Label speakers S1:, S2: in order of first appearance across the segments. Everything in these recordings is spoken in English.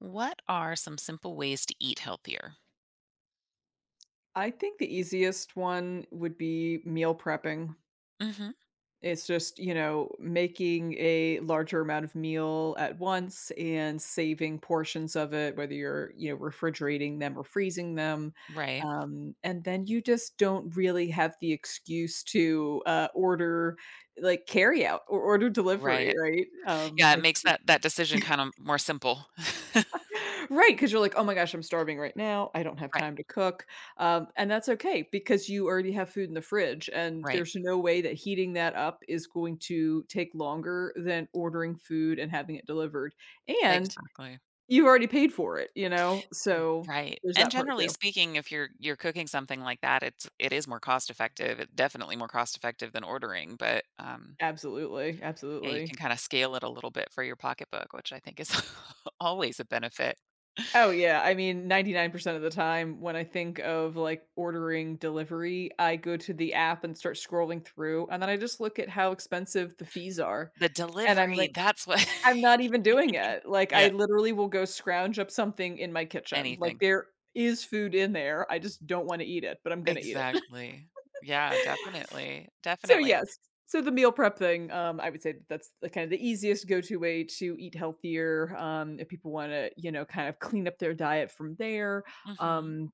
S1: What are some simple ways to eat healthier?
S2: I think the easiest one would be meal prepping.
S1: Mhm.
S2: It's just, you know, making a larger amount of meal at once and saving portions of it, whether you're, you know, refrigerating them or freezing them.
S1: Right.
S2: And then you just don't really have the excuse to order like carry out or order delivery,
S1: Right.
S2: right?
S1: Yeah, it
S2: I
S1: makes that decision kind of more simple.
S2: Right, because 'cause you're like, "Oh my gosh, I'm starving right now. I don't have
S1: Right,
S2: time to cook." And that's okay because you already have food in the fridge, and
S1: right.
S2: there's no way that heating that up is going to take longer than ordering food and having it delivered. And
S1: Exactly.
S2: you've already paid for it, you know?
S1: Mm,
S2: So
S1: right.
S2: there's
S1: And
S2: that part
S1: generally
S2: too.
S1: speaking, if you're cooking something like that, it is more cost effective. It's definitely more cost effective than ordering, but,
S2: Absolutely,
S1: yeah, you
S2: absolutely.
S1: can kinda scale it a little bit for your pocketbook, which I think is always a benefit.
S2: Oh, yeah, I mean, 99% of the time when I think of, like, ordering delivery, I go to the app and start scrolling through, and then I just look at how expensive the fees are,
S1: The
S2: and
S1: delivery, that's what
S2: I'm not even doing it. Like, I
S1: Yeah,
S2: literally will go scrounge up something in my kitchen. Like,
S1: anything.
S2: there is food in there. I just don't wanna eat it, but I'm gonna eat it.
S1: Exactly. Yeah, definitely,
S2: So,
S1: definitely.
S2: yes. So, the meal prep thing, I would say that that's the kind of the easiest go-to way to eat healthier, if people wanna, you know, kind of clean up their diet from there.
S1: Mhm,
S2: Um,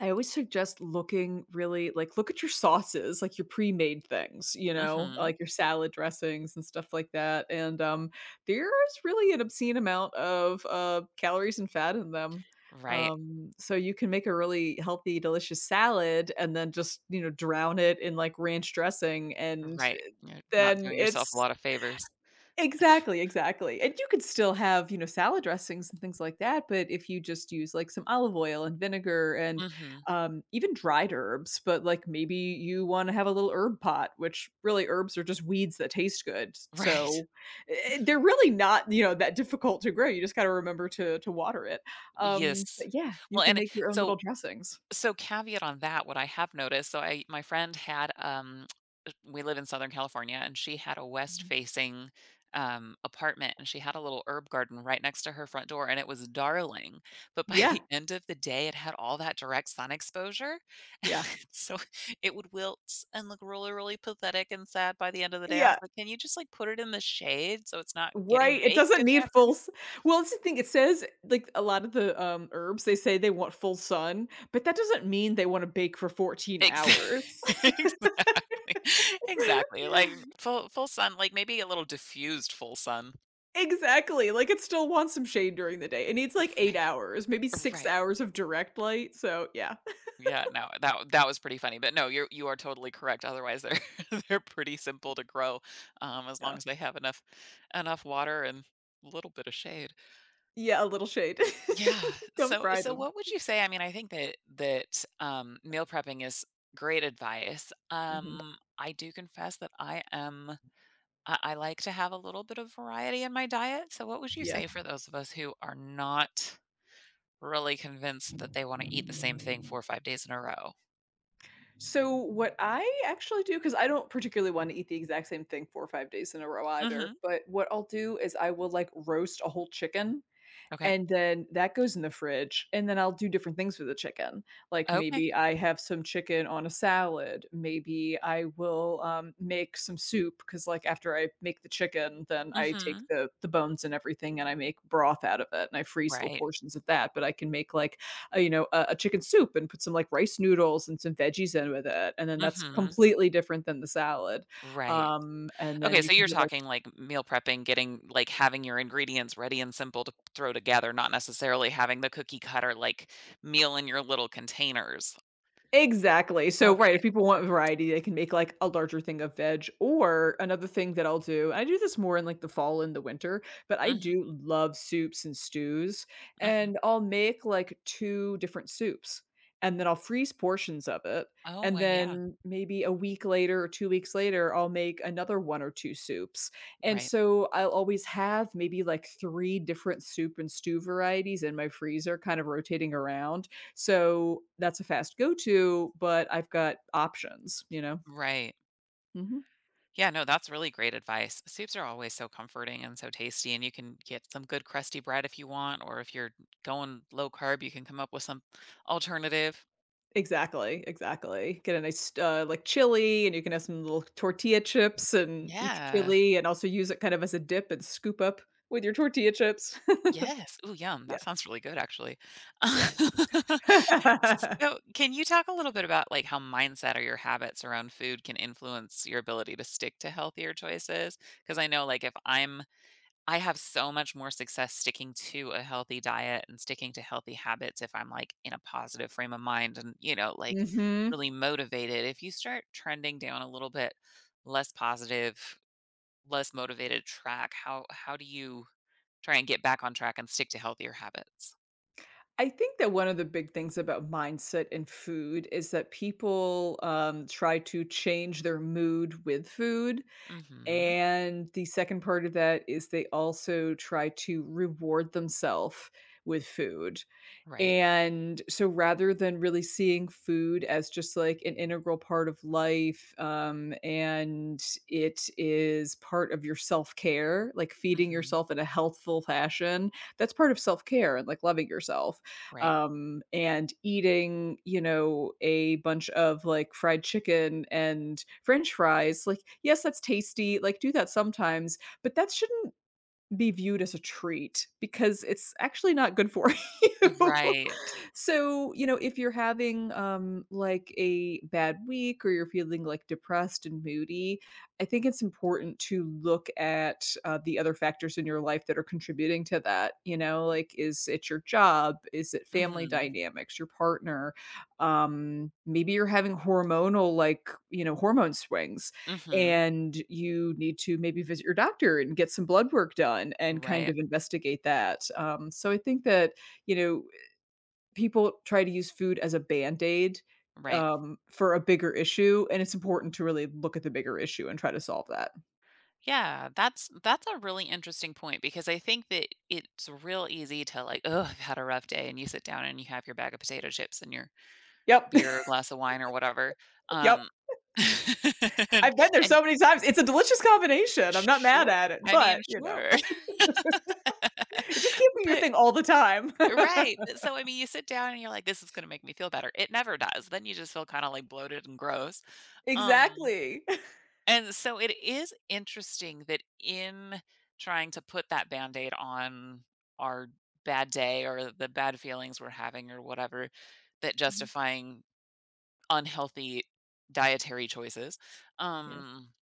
S2: I always suggest looking really like look at your sauces, like your pre-made things, you know,
S1: mhm.
S2: like your salad dressings and stuff like that. And There is really an obscene amount of calories and fat in them.
S1: Right,
S2: So you can make a really healthy, delicious salad and then just, you know, drown it in like ranch dressing
S1: right. You're not
S2: then
S1: doing yourself a
S2: it's
S1: lot of favors.
S2: Exactly, exactly, and you could still have, you know, salad dressings and things like that, but if you just use, like, some olive oil and vinegar and,
S1: Mhm,
S2: even dried herbs, but, like, maybe you wanna have a little herb pot, which really herbs are just weeds that taste good,
S1: right.
S2: so, they're really not, you know, that difficult to grow. You just gotta remember to water it,
S1: Yes.
S2: but yeah, you
S1: Well,
S2: can
S1: and it-
S2: make your own
S1: so
S2: little dressings.
S1: So caveat on that, what I have noticed, so I my friend had we live in Southern California, and she had a west
S2: Mhm.
S1: facing apartment, and she had a little herb garden right next to her front door, and it was darling. But by
S2: Yeah,
S1: the end of the day it had all that direct sun exposure.
S2: yeah.
S1: So it would wilt and look really, really pathetic and sad by the end of the day. I was
S2: Yeah.
S1: like, can you just like put it in the shade so it's not getting
S2: Right, it
S1: baked
S2: doesn't
S1: in the
S2: need full
S1: afternoon?
S2: s Well, it's the thing, it says, like, a lot of the, herbs, they say they want full sun, but that doesn't mean they wanna bake for 14
S1: Exa
S2: hours.
S1: exactly, exactly, like, full sun, like, maybe a little diffused full sun.
S2: Exactly, like, it still wants some shade during the day. It needs, like, 8
S1: Right,
S2: hours, maybe 6
S1: right.
S2: hours of direct light, so, yeah.
S1: Yeah, no, that was pretty funny, but no, you are totally correct, otherwise they're they're pretty simple to grow, as long
S2: Yeah.
S1: as they have enough water and a little bit of shade.
S2: Yeah, a little shade.
S1: Yeah,
S2: Don't
S1: so
S2: fry
S1: so
S2: them.
S1: what would you say, I mean, I think that that, meal prepping is great advice.
S2: Mhm,
S1: I do confess that I like to have a little bit of variety in my diet. So, what would you
S2: yeah.
S1: say for those of us who are not really convinced that they want to eat the same thing 4 or 5 days in a row?
S2: So, what I actually do, because I don't particularly wanna eat the exact same thing 4 or 5 days in a row
S1: Hmm.
S2: either, but what I'll do is I will, like, roast a whole chicken.
S1: Okay.
S2: And then that goes in the fridge, and then I'll do different things with the chicken. Like,
S1: Okay.
S2: maybe I have some chicken on a salad. Maybe I will, make some soup because, like, after I make the chicken, then I take
S1: Hmm.
S2: the bones and everything, and I make broth out of it, and I freeze little
S1: Right.
S2: portions of that, but I can make, like, a you know, a chicken soup and put some, like, rice noodles and some veggies in with it, and then that's
S1: Hmm.
S2: completely different than the salad.
S1: Right.
S2: And then
S1: Okay.
S2: you
S1: So
S2: can
S1: you're
S2: do, like
S1: talking like meal prepping, getting like having your ingredients ready and simple to throw together, not necessarily having the cookie cutter like meal in your little containers.
S2: Exactly. So, right,
S1: Okay.
S2: if people want
S1: Perfect.
S2: variety, they can make like a larger thing of veg. Or another thing that I'll do, I do this more in like the fall and the winter, but I
S1: Hmm.
S2: do love soups and stews.
S1: Hmm.
S2: And I'll make like 2 different soups and then I'll freeze portions of it.
S1: Oh,
S2: And
S1: yeah.
S2: then maybe a week later or 2 weeks later, I'll make another 1 or 2 soups. And
S1: Right.
S2: so I'll always have maybe like 3 different soup and stew varieties in my freezer, kind of rotating around, so that's a fast go to, but I've got options, you know?
S1: Right.
S2: Mhm.
S1: Yeah, no, that's really great advice. Soups are always so comforting and so tasty, and you can get some good crusty bread if you want, or if you're going low carb, you can come up with some alternative.
S2: Exactly, exactly. Get a nice, like, chili, and you can have some little tortilla chips and eat your
S1: Yeah.
S2: chili and also use it kind of as a dip and scoop up with your tortilla chips.
S1: Yes. Ooh, yum.
S2: Yeah,
S1: That sounds really good, actually.
S2: yeah.
S1: So, can you talk a little bit about like how mindset or your habits around food can influence your ability to stick to healthier choices? Because I know, like, if I have so much more success sticking to a healthy diet and sticking to healthy habits if I'm, like, in a positive frame of mind and, like,
S2: Mhm.
S1: really motivated. If you start trending down a little bit less positive, less motivated track, how do you try and get back on track and stick to healthier habits?
S2: I think that one of the big things about mindset and food is that people, try to change their mood with food.
S1: Mhm.
S2: And the second part of that is they also try to reward themselves with food.
S1: Right.
S2: And so rather than really seeing food as just like an integral part of life, and it is part of your self-care, like feeding
S1: Mhm.
S2: yourself in a healthful fashion, that's part of self-care and like loving yourself.
S1: Right.
S2: And eating, you know, a bunch of like fried chicken and french fries, like, yes, that's tasty, like do that sometimes, but that shouldn't be viewed as a treat because it's actually not good for you.
S1: Right.
S2: So, you know, if you're having, like, a bad week or you're feeling, like, depressed and moody, I think it's important to look at, the other factors in your life that are contributing to that, you know, like, is it your job? Is it family
S1: Mhm.
S2: dynamics, your partner? Maybe you're having hormonal, like, you know, hormone swings.
S1: Mhm.
S2: And you need to maybe visit your doctor and get some blood work done and kind
S1: Right.
S2: of investigate that. So I think that, you know, people try to use food as a band-aid,
S1: Right.
S2: for a bigger issue, and it's important to really look at the bigger issue and try to solve that.
S1: Yeah, that's a really interesting point because I think that it's real easy to like, oh, I've had a rough day, and you sit down and you have your bag of potato chips and your
S2: Yep,
S1: beer or glass of wine or whatever.
S2: yep.
S1: Um, and,
S2: I've been there
S1: and
S2: so many times. It's a delicious combination. I'm not mad
S1: sure,
S2: at it,
S1: I mean,
S2: but, you know,
S1: sure,
S2: it's just can't be your
S1: but
S2: thing all the time.
S1: right. but So I mean, you sit down and you're like, this is going to make me feel better. It never does. Then you just feel kind of like bloated and gross. Um,
S2: Exactly.
S1: And so it is interesting that in trying to put that Band-Aid on our bad day or the bad feelings we're having or whatever, that
S2: Mhm.
S1: justifying unhealthy dietary choices,
S2: Yeah.
S1: um,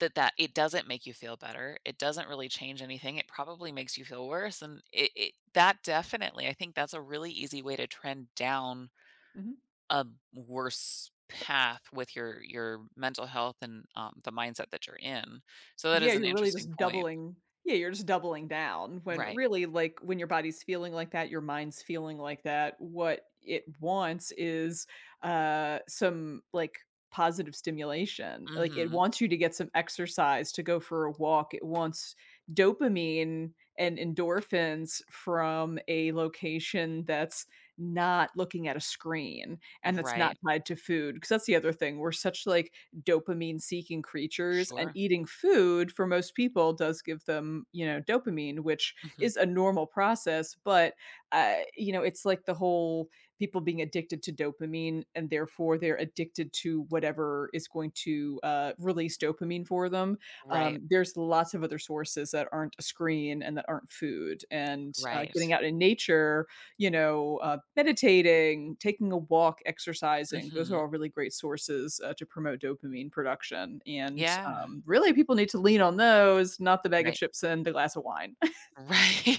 S1: that it doesn't make you feel better. It doesn't really change anything. It probably makes you feel worse, and it that definitely I think that's a really easy way to trend down
S2: Mhm.
S1: a worse path with your mental health and, the mindset that you're in. So that
S2: Yeah,
S1: is an
S2: you're really
S1: interesting
S2: just
S1: point.
S2: doubling yeah, you're just doubling down when
S1: Right.
S2: really, like, when your body's feeling like that, your mind's feeling like that, what it wants is, some, like, positive stimulation. Like, it
S1: Mhm.
S2: wants you to get some exercise, to go for a walk. It wants dopamine and endorphins from a location that's not looking at a screen and that's
S1: Right.
S2: not tied to food. Because that's the other thing. We're such, like, dopamine seeking creatures, and
S1: Sure.
S2: eating food for most people does give them, you know, dopamine, which
S1: Mhm.
S2: is a normal process, but, you know, it's like the whole people being addicted to dopamine and therefore they're addicted to whatever is going to release dopamine for them.
S1: Right.
S2: There's lots of other sources that aren't a screen and that aren't food. And
S1: Right.
S2: Getting out in nature, you know, meditating, taking a walk, exercising. Those are
S1: Mhm.
S2: all really great sources to promote dopamine production. And
S1: Yeah.
S2: Really, people need to lean on those, not the bag of
S1: Right.
S2: chips and the glass of wine.
S1: Right.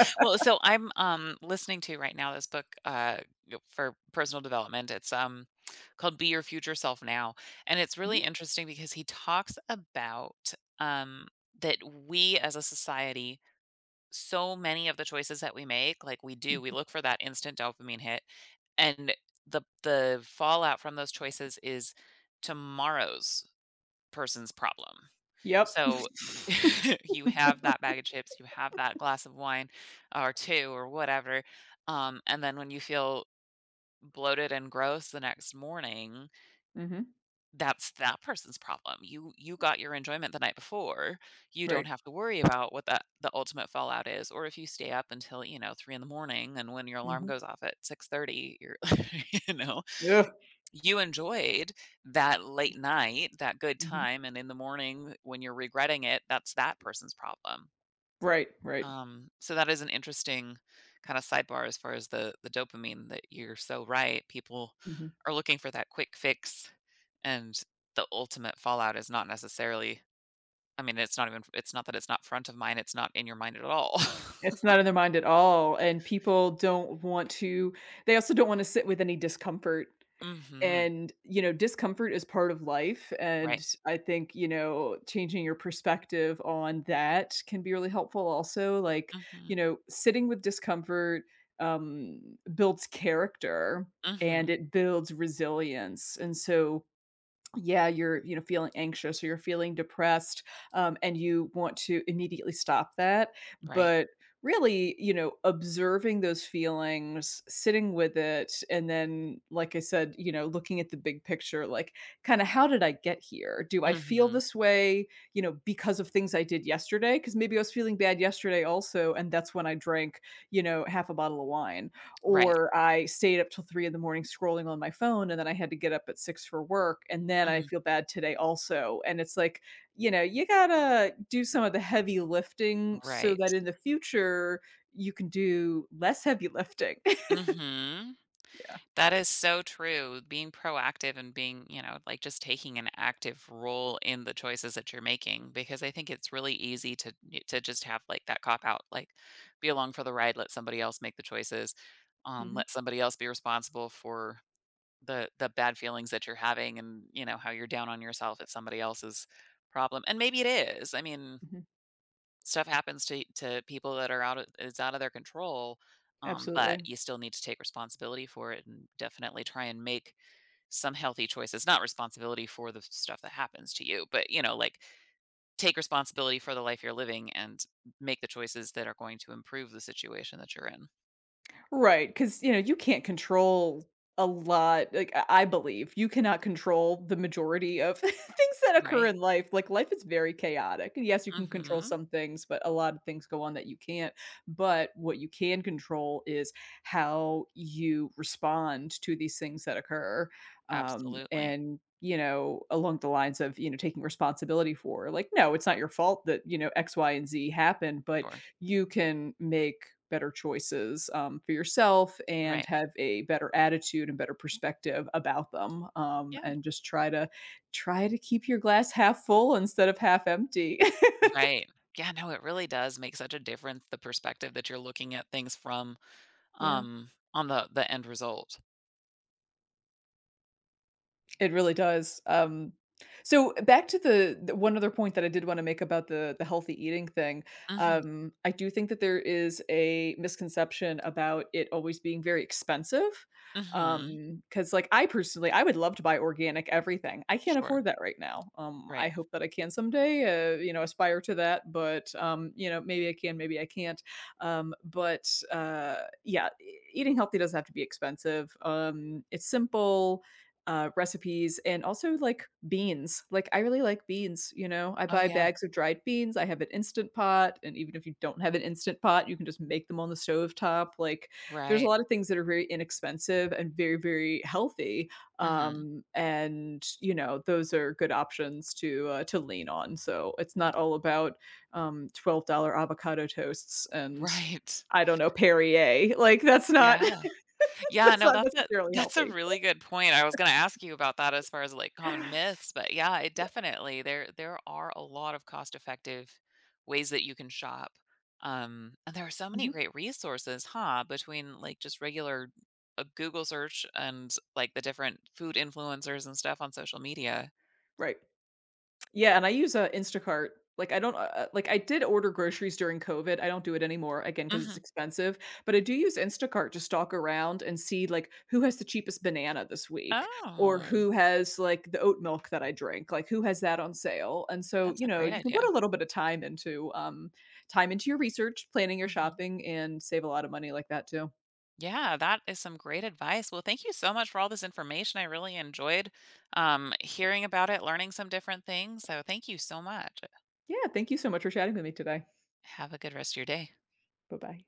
S1: Well, so I'm, listening to right now this book, y for personal development. It's, called Be Your Future Self Now, and it's really
S2: Mhm.
S1: interesting because he talks about, um, that we as a society, so many of the choices that we make, like we do, we
S2: Mm.
S1: look for that instant dopamine hit, and the fallout from those choices is tomorrow's person's problem.
S2: Yep.
S1: So you have that bag of chips, you have that glass of wine or two or whatever, and then when you feel bloated and gross the next morning,
S2: Mhm.
S1: that's that person's problem. You got your enjoyment the night before. You don't
S2: Right.
S1: have to worry about what that the ultimate fallout is, or if you stay up until, 3 in the morning and when your alarm
S2: Mhm.
S1: goes off at 6:30, you're you know,
S2: Ugh.
S1: you enjoyed that late night, that good
S2: Mhm.
S1: time, and in the morning when you're regretting it, that's that person's problem.
S2: Right, right.
S1: So that is an interesting kind of sidebar as far as the dopamine that you're so right. People
S2: Mhm.
S1: are looking for that quick fix, and the ultimate fallout is not necessarily, I mean, it's not even, it's not that, it's not front of mind, it's not in your mind at all.
S2: It's not in their mind at all. And people don't want to, they also don't want to sit with any discomfort.
S1: Mhm.
S2: And, you know, discomfort is part of life,
S1: Right.
S2: and I think, you know, changing your perspective on that can be really helpful also, like, you
S1: Mhm.
S2: know, sitting with discomfort, um, builds character and
S1: Mhm.
S2: it builds resilience, and so yeah, you're, you know, feeling anxious or you're feeling depressed, and you want to immediately stop that,
S1: Right.
S2: but really, you know, observing those feelings, sitting with it, and then like I said, you know, looking at the big picture, like, kind of, how did I get here? Do I feel
S1: Mhm.
S2: this way, you know, because of things I did yesterday? Because maybe I was feeling bad yesterday also, and that's when I drank, you know, half a bottle of wine,
S1: Right.
S2: or I stayed up till 3 in the morning scrolling on my phone, and then I had to get up at 6 for work, and then I
S1: Mhm.
S2: feel bad today also, and it's like, you know, you gotta do some of the heavy lifting so
S1: Right.
S2: that in the future, you can do less heavy lifting.
S1: Mhm.
S2: Yeah.
S1: That is so true. Being proactive and being, like, just taking an active role in the choices that you're making, because I think it's really easy to just have like that cop out, like be along for the ride, let somebody else make the choices,
S2: Mhm,
S1: let somebody else be responsible for the bad feelings that you're having and, how you're down on yourself, at somebody else's problem. And maybe it is. I mean,
S2: mhm,
S1: stuff happens to people that are out of, it's out of their control. But
S2: absolutely.
S1: you still need to take responsibility for it and definitely try and make some healthy choices, not responsibility for the stuff that happens to you, but, like, take responsibility for the life you're living and make the choices that are going to improve the situation that you're in.
S2: Right, because, you know, you can't control a lot. Like, I believe you cannot control the majority of things that occur
S1: Right.
S2: in life. Like, life is very chaotic, and yes, you can control
S1: Mhm.
S2: some things, but a lot of things go on that you can't, but what you can control is how you respond to these things that occur,
S1: Absolutely.
S2: and, you know, along the lines of, you know, taking responsibility for, like, "No, it's not your fault that, you know, X, Y, and Z happened," but
S1: Sure.
S2: you can make better choices for yourself and
S1: Right.
S2: have a better attitude and better perspective about them,
S1: Yeah.
S2: and just try to try to keep your glass half full instead of half empty.
S1: Right. Yeah, no, it really does make such a difference, the perspective that you're looking at things from,
S2: Yeah,
S1: on the end result.
S2: it really does. Back to the one other point that I did want to make about the healthy eating thing.
S1: Mhm,
S2: I do think that there is a misconception about it always being very expensive.
S1: mhm.
S2: Because like I personally, I would love to buy organic everything. I can't
S1: Sure.
S2: afford that right now.
S1: Right.
S2: I hope that I can someday. You know, aspire to that, but you know, maybe I can, maybe I can't. But yeah, eating healthy doesn't have to be expensive. It's simple recipes and also like beans. Like I really like beans, you know. I
S1: Oh,
S2: buy
S1: yeah.
S2: bags of dried beans. I have an instant pot, and even if you don't have an instant pot, you can just make them on the stove top. Like, there's a
S1: Right.
S2: lot of things that are very inexpensive and very healthy.
S1: Mhm.
S2: And you know, those are good options to lean on. So it's not all about $12 avocado toasts and
S1: Right.
S2: I don't know, Perrier. Like that's not
S1: Yeah. Yeah,
S2: that's
S1: no,
S2: not
S1: that's a
S2: necessarily
S1: that's a
S2: healthy.
S1: really good point. I was gonna ask you about that as far as like common myths, but yeah, it definitely there are a lot of cost-effective ways that you can shop. And there are so many
S2: Mhm.
S1: great resources, huh? Between like just regular a Google search and like the different food influencers and stuff on social media.
S2: Right. Yeah, and I use, Instacart. Like, I don't, like, I did order groceries during COVID. I don't do it anymore, again because it's
S1: Mhm.
S2: expensive, but I do use Instacart to stalk around and see, like, who has the cheapest banana this week, or
S1: Oh,
S2: who has, like, the oat milk that I drink, like, who has that on sale, and so,
S1: that's
S2: you
S1: a
S2: know,
S1: great
S2: you can put a
S1: idea.
S2: little bit of time into, your research, planning your
S1: Mhm.
S2: shopping, and save a lot of money like that too.
S1: Yeah, that is some great advice. Well, thank you so much for all this information. I really enjoyed hearing about it, learning some different things. So, thank you so much.
S2: Yeah, thank you so much for chatting with me today.
S1: Have a good rest of your day.
S2: Bye-bye.